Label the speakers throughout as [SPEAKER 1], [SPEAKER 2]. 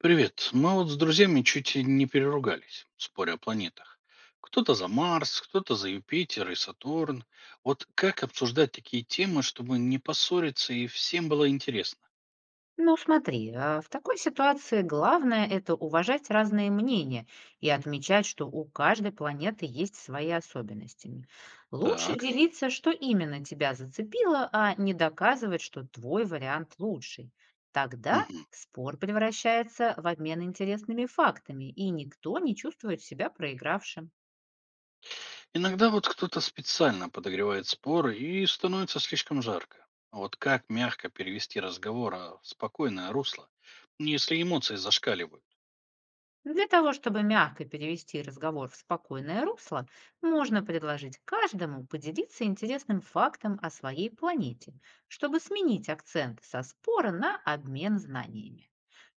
[SPEAKER 1] Привет. Мы вот с друзьями чуть и не переругались, споря о планетах. Кто-то за Марс, кто-то за Юпитер и Сатурн. Вот как обсуждать такие темы, чтобы не поссориться и всем было интересно?
[SPEAKER 2] Ну, смотри, в такой ситуации главное это уважать разные мнения и отмечать, что у каждой планеты есть свои особенности. Лучше
[SPEAKER 1] Так.
[SPEAKER 2] делиться, что именно тебя зацепило, а не доказывать, что твой вариант лучший. Тогда
[SPEAKER 1] Мгм.
[SPEAKER 2] спор превращается в обмен интересными фактами, и никто не чувствует себя проигравшим.
[SPEAKER 1] Иногда вот кто-то специально подогревает споры и становится слишком жарко. А вот как мягко перевести разговор, в спокойное русло, если эмоции зашкаливают?
[SPEAKER 2] Ну, для того, чтобы мягко перевести разговор в спокойное русло, можно предложить каждому поделиться интересным фактом о своей планете, чтобы сменить акцент со спора на обмен знаниями.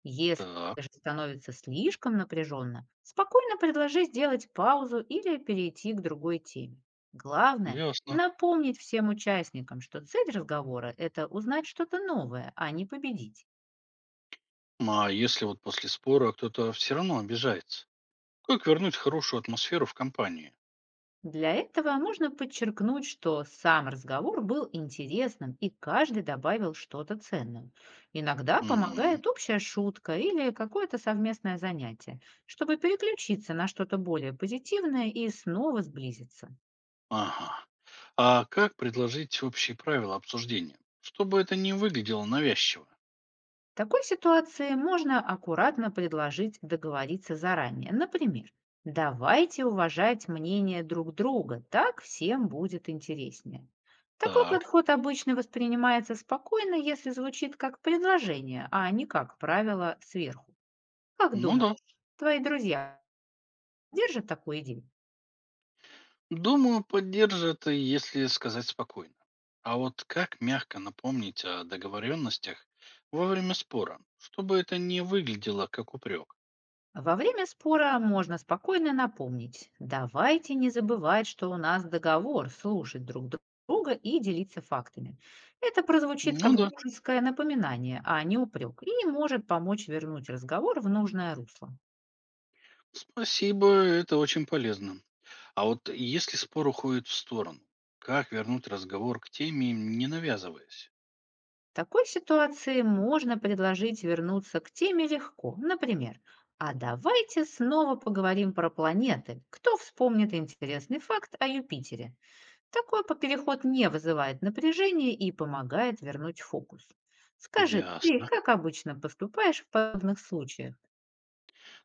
[SPEAKER 2] Если
[SPEAKER 1] Так,
[SPEAKER 2] же становится слишком напряженно, спокойно предложи сделать паузу или перейти к другой теме. Главное–
[SPEAKER 1] ясно.
[SPEAKER 2] напомнить всем участникам, что цель разговора– это узнать что-то новое, а не победить.
[SPEAKER 1] Ну, а если вот после спора кто-то все равно обижается? Как вернуть хорошую атмосферу в компании?
[SPEAKER 2] Для этого можно подчеркнуть, что сам разговор был интересным и каждый добавил что-то ценное. Иногда
[SPEAKER 1] Мгм.
[SPEAKER 2] помогает общая шутка или какое-то совместное занятие, чтобы переключиться на что-то более позитивное и снова сблизиться.
[SPEAKER 1] Ага. А как предложить общие правила обсуждения, чтобы это не выглядело навязчиво?
[SPEAKER 2] В такой ситуации можно аккуратно предложить договориться заранее. Например, давайте уважать мнение друг друга, так всем будет интереснее. Такой
[SPEAKER 1] Так.
[SPEAKER 2] подход обычно воспринимается спокойно, если звучит как предложение, а не как правило сверху. Как
[SPEAKER 1] Ну да.
[SPEAKER 2] думаешь, твои друзья держат такую идею?
[SPEAKER 1] Думаю, поддержит, и если сказать спокойно. А вот как мягко напомнить о договоренностях во время спора, чтобы это не выглядело как упрек?
[SPEAKER 2] Во время спора можно спокойно напомнить, давайте не забывать, что у нас договор слушать друг друга и делиться фактами. Это прозвучит
[SPEAKER 1] Ну
[SPEAKER 2] как
[SPEAKER 1] да.
[SPEAKER 2] дружеское напоминание, а не упрек, и может помочь вернуть разговор в нужное русло.
[SPEAKER 1] Спасибо, это очень полезно. А вот если спор уходит в сторону, как вернуть разговор к теме, не навязываясь?
[SPEAKER 2] В такой ситуации можно предложить вернуться к теме легко. Например, а давайте снова поговорим про планеты. Кто вспомнит интересный факт о Юпитере? Переход не вызывает напряжения и помогает вернуть фокус. Скажи, ты
[SPEAKER 1] Ясно.
[SPEAKER 2] как обычно поступаешь в подобных случаях?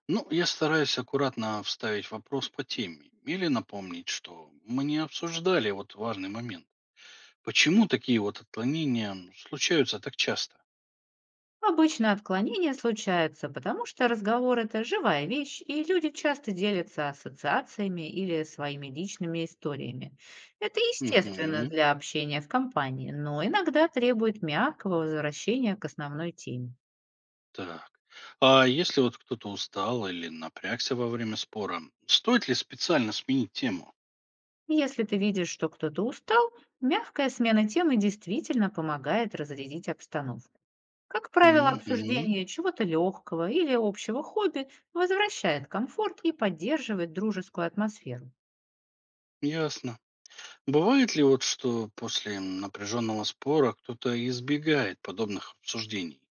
[SPEAKER 1] Ну, я стараюсь аккуратно вставить вопрос по теме или напомнить, что мы не обсуждали вот важный момент. Почему такие вот отклонения случаются так часто?
[SPEAKER 2] Обычно отклонения случаются, потому что разговор– это живая вещь, и люди часто делятся ассоциациями или своими личными историями. Это естественно
[SPEAKER 1] Мгм.
[SPEAKER 2] для общения в компании, но иногда требует мягкого возвращения к основной теме.
[SPEAKER 1] Так. А если вот кто-то устал или напрягся во время спора, стоит ли специально сменить тему?
[SPEAKER 2] Если ты видишь, что кто-то устал, мягкая смена темы действительно помогает разрядить обстановку. Как правило,
[SPEAKER 1] Мгм.
[SPEAKER 2] обсуждение чего-то легкого или общего хобби возвращает комфорт и поддерживает дружескую атмосферу.
[SPEAKER 1] Ясно. Бывает ли вот, что после напряженного спора кто-то избегает подобных обсуждений?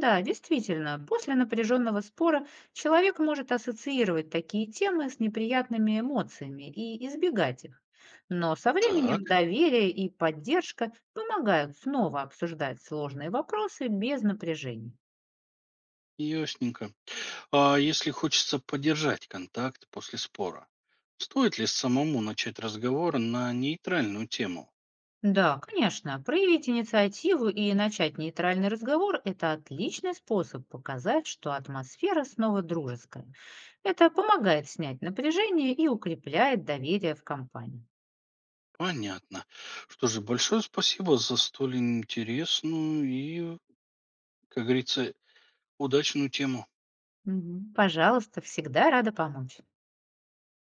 [SPEAKER 2] Да, действительно, после напряженного спора человек может ассоциировать такие темы с неприятными эмоциями и избегать их. Но со
[SPEAKER 1] Так,
[SPEAKER 2] временем доверие и поддержка помогают снова обсуждать сложные вопросы без напряжения.
[SPEAKER 1] ясненько. А если хочется поддержать контакт после спора, стоит ли самому начать разговор на нейтральную тему?
[SPEAKER 2] Да, конечно. Проявить инициативу и начать нейтральный разговор– это отличный способ показать, что атмосфера снова дружеская. Это помогает снять напряжение и укрепляет доверие в компании.
[SPEAKER 1] Понятно. Что же, большое спасибо за столь интересную и, как говорится, удачную тему.
[SPEAKER 2] Мгм. Пожалуйста, всегда рада помочь.